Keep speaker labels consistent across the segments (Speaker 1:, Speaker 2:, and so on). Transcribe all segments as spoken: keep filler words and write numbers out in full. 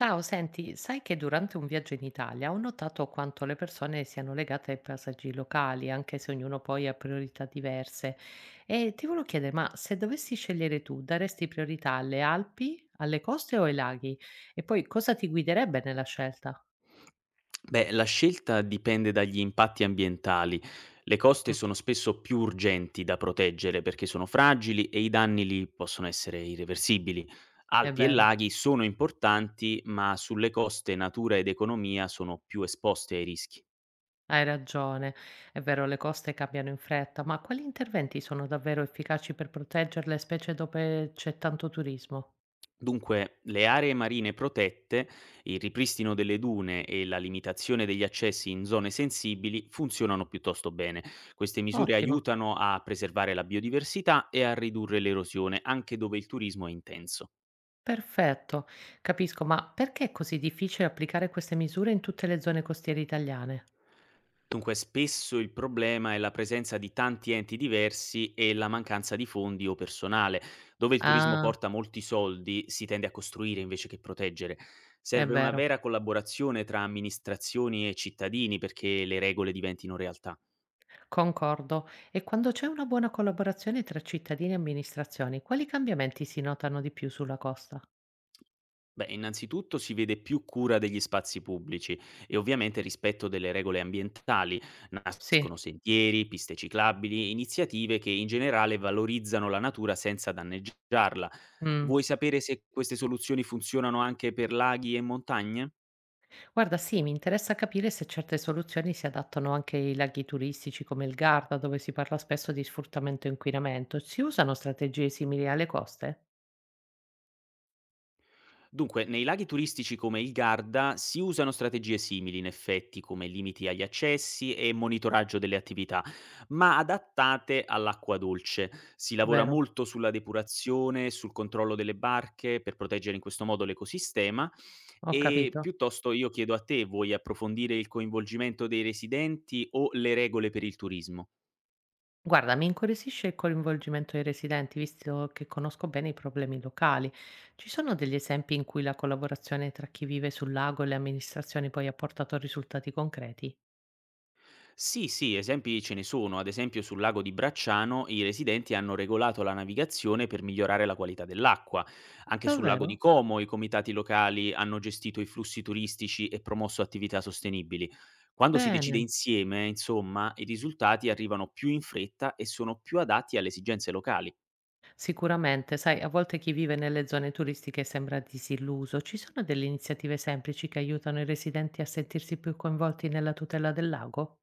Speaker 1: Ciao, senti, sai che durante un viaggio in Italia ho notato quanto le persone siano legate ai paesaggi locali, anche se ognuno poi ha priorità diverse. E ti volevo chiedere, ma se dovessi scegliere tu, daresti priorità alle Alpi, alle coste o ai laghi? E poi cosa ti guiderebbe nella scelta?
Speaker 2: Beh, la scelta dipende dagli impatti ambientali. Le coste
Speaker 1: Mm.
Speaker 2: sono spesso più urgenti da proteggere perché sono fragili e i danni lì possono essere irreversibili.
Speaker 1: È
Speaker 2: Alpi e
Speaker 1: vero,
Speaker 2: laghi sono importanti, ma sulle coste natura ed economia sono più esposte ai rischi.
Speaker 1: hai ragione, è vero, le coste cambiano in fretta, ma quali interventi sono davvero efficaci per proteggerle, specie dove c'è tanto turismo?
Speaker 2: Dunque, le aree marine protette, il ripristino delle dune e la limitazione degli accessi in zone sensibili funzionano piuttosto bene. Queste misure
Speaker 1: Ottimo.
Speaker 2: aiutano a preservare la biodiversità e a ridurre l'erosione, anche dove il turismo è intenso.
Speaker 1: Perfetto, capisco, ma perché è così difficile applicare queste misure in tutte le zone costiere italiane?
Speaker 2: Dunque, spesso il problema è la presenza di tanti enti diversi e la mancanza di fondi o personale. Dove il turismo
Speaker 1: Ah,
Speaker 2: porta molti soldi, si tende a costruire invece che proteggere.
Speaker 1: è
Speaker 2: Serve una
Speaker 1: vero,
Speaker 2: vera collaborazione tra amministrazioni e cittadini perché le regole diventino realtà.
Speaker 1: concordo. E quando c'è una buona collaborazione tra cittadini e amministrazioni, quali cambiamenti si notano di più sulla costa?
Speaker 2: Beh, innanzitutto si vede più cura degli spazi pubblici e ovviamente rispetto delle regole ambientali.
Speaker 1: Sì.
Speaker 2: Nascono sentieri, piste ciclabili, iniziative che in generale valorizzano la natura senza danneggiarla.
Speaker 1: Mm.
Speaker 2: Vuoi sapere se queste soluzioni funzionano anche per laghi e montagne?
Speaker 1: Guarda, sì, mi interessa capire se certe soluzioni si adattano anche ai laghi turistici come il Garda, dove si parla spesso di sfruttamento e inquinamento. Si usano strategie simili alle coste?
Speaker 2: Dunque, nei laghi turistici come il Garda si usano strategie simili, in effetti, come limiti agli accessi e monitoraggio delle attività, ma adattate all'acqua dolce. Si lavora
Speaker 1: Vero?
Speaker 2: molto sulla depurazione, sul controllo delle barche per proteggere in questo modo l'ecosistema
Speaker 1: Ho
Speaker 2: e
Speaker 1: capito.
Speaker 2: piuttosto io chiedo a te, vuoi approfondire il coinvolgimento dei residenti o le regole per il turismo?
Speaker 1: Guarda, mi incuriosisce il coinvolgimento dei residenti, visto che conosco bene i problemi locali. Ci sono degli esempi in cui la collaborazione tra chi vive sul lago e le amministrazioni poi ha portato a risultati concreti?
Speaker 2: Sì, sì, esempi ce ne sono. Ad esempio, sul lago di Bracciano i residenti hanno regolato la navigazione per migliorare la qualità dell'acqua. Anche sul lago di
Speaker 1: Davvero?
Speaker 2: Como i comitati locali hanno gestito i flussi turistici e promosso attività sostenibili. Quando si decide
Speaker 1: Bene,
Speaker 2: insieme, insomma, i risultati arrivano più in fretta e sono più adatti alle esigenze locali.
Speaker 1: sicuramente. Sai, a volte chi vive nelle zone turistiche sembra disilluso. Ci sono delle iniziative semplici che aiutano i residenti a sentirsi più coinvolti nella tutela del lago?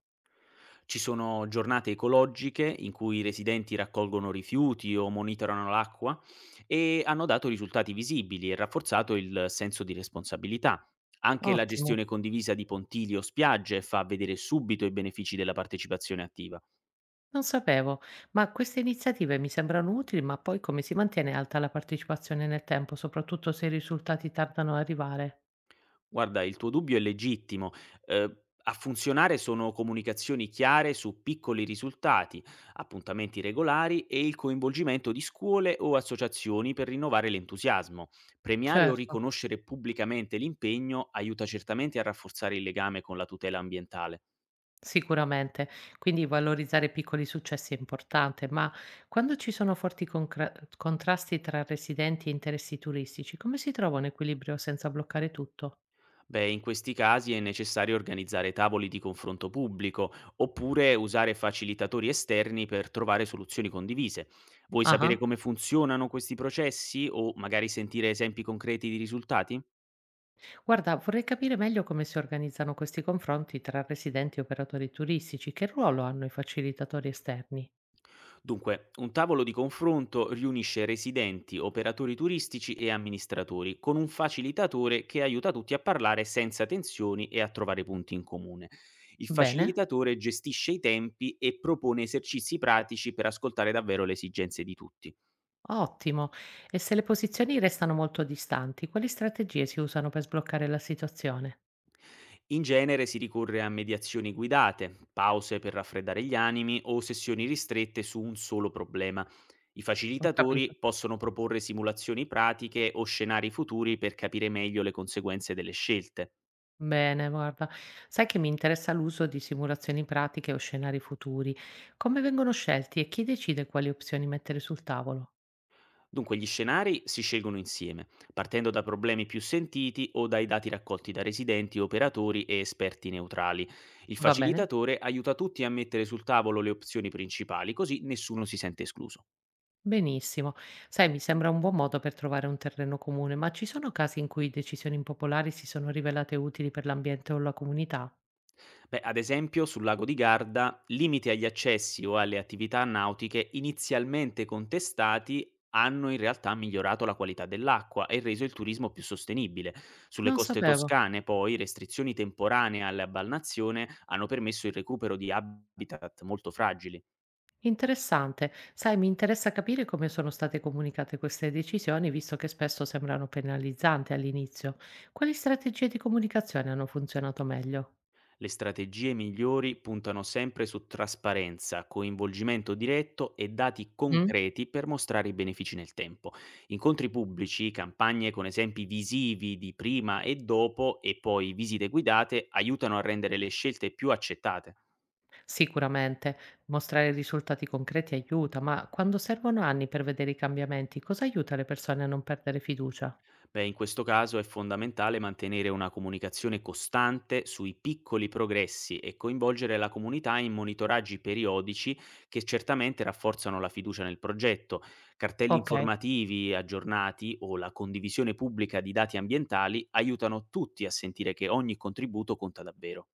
Speaker 2: Ci sono giornate ecologiche in cui i residenti raccolgono rifiuti o monitorano l'acqua e hanno dato risultati visibili e rafforzato il senso di responsabilità. Anche la
Speaker 1: Ottimo.
Speaker 2: gestione condivisa di pontili o spiagge fa vedere subito i benefici della partecipazione attiva.
Speaker 1: Non sapevo, ma queste iniziative mi sembrano utili, ma poi come si mantiene alta la partecipazione nel tempo, soprattutto se i risultati tardano ad arrivare?
Speaker 2: Guarda, il tuo dubbio è legittimo. Ehm, A funzionare sono comunicazioni chiare su piccoli risultati, appuntamenti regolari e il coinvolgimento di scuole o associazioni per rinnovare l'entusiasmo. Premiare o
Speaker 1: Certo,
Speaker 2: riconoscere pubblicamente l'impegno aiuta certamente a rafforzare il legame con la tutela ambientale.
Speaker 1: sicuramente. Quindi valorizzare piccoli successi è importante, ma quando ci sono forti concra- contrasti tra residenti e interessi turistici, come si trova un equilibrio senza bloccare tutto?
Speaker 2: Beh, in questi casi è necessario organizzare tavoli di confronto pubblico oppure usare facilitatori esterni per trovare soluzioni condivise. Vuoi sapere
Speaker 1: Ah,
Speaker 2: come funzionano questi processi o magari sentire esempi concreti di risultati?
Speaker 1: guarda, vorrei capire meglio come si organizzano questi confronti tra residenti e operatori turistici, che ruolo hanno i facilitatori esterni?
Speaker 2: Dunque, un tavolo di confronto riunisce residenti, operatori turistici e amministratori, con un facilitatore che aiuta tutti a parlare senza tensioni e a trovare punti in comune. Il
Speaker 1: Bene.
Speaker 2: facilitatore gestisce i tempi e propone esercizi pratici per ascoltare davvero le esigenze di tutti.
Speaker 1: Ottimo. E se le posizioni restano molto distanti, quali strategie si usano per sbloccare la situazione?
Speaker 2: In genere si ricorre a mediazioni guidate, pause per raffreddare gli animi o sessioni ristrette su un solo problema. I
Speaker 1: Ho capito.
Speaker 2: facilitatori possono proporre simulazioni pratiche o scenari futuri per capire meglio le conseguenze delle scelte.
Speaker 1: Bene, guarda, sai che mi interessa l'uso di simulazioni pratiche o scenari futuri. Come vengono scelti e chi decide quali opzioni mettere sul tavolo?
Speaker 2: Dunque gli scenari si scelgono insieme, partendo da problemi più sentiti o dai dati raccolti da residenti, operatori e esperti neutrali. Il
Speaker 1: Va bene?
Speaker 2: facilitatore aiuta tutti a mettere sul tavolo le opzioni principali, così nessuno si sente escluso.
Speaker 1: Benissimo. Sai, mi sembra un buon modo per trovare un terreno comune, ma ci sono casi in cui decisioni impopolari si sono rivelate utili per l'ambiente o la comunità?
Speaker 2: Beh, ad esempio, sul lago di Garda, limiti agli accessi o alle attività nautiche inizialmente contestati hanno in realtà migliorato la qualità dell'acqua e reso il turismo più sostenibile. Sulle
Speaker 1: Non
Speaker 2: coste
Speaker 1: sapevo.
Speaker 2: toscane, poi, restrizioni temporanee alla balnazione hanno permesso il recupero di habitat molto fragili.
Speaker 1: Interessante. Sai, mi interessa capire come sono state comunicate queste decisioni, visto che spesso sembrano penalizzanti all'inizio. Quali strategie di comunicazione hanno funzionato meglio?
Speaker 2: Le strategie migliori puntano sempre su trasparenza, coinvolgimento diretto e dati
Speaker 1: Mm?
Speaker 2: concreti per mostrare i benefici nel tempo. Incontri pubblici, campagne con esempi visivi di prima e dopo e poi visite guidate aiutano a rendere le scelte più accettate.
Speaker 1: Sicuramente mostrare risultati concreti aiuta, ma quando servono anni per vedere i cambiamenti, cosa aiuta le persone a non perdere fiducia?
Speaker 2: Beh, in questo caso è fondamentale mantenere una comunicazione costante sui piccoli progressi e coinvolgere la comunità in monitoraggi periodici che certamente rafforzano la fiducia nel progetto. Cartelli
Speaker 1: Ok.
Speaker 2: informativi aggiornati o la condivisione pubblica di dati ambientali aiutano tutti a sentire che ogni contributo conta davvero.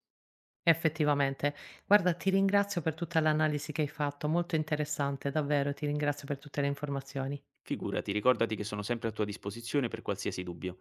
Speaker 1: Effettivamente, guarda, ti ringrazio per tutta l'analisi che hai fatto, molto interessante, davvero, ti ringrazio per tutte le informazioni.
Speaker 2: Figurati, ricordati che sono sempre a tua disposizione per qualsiasi dubbio.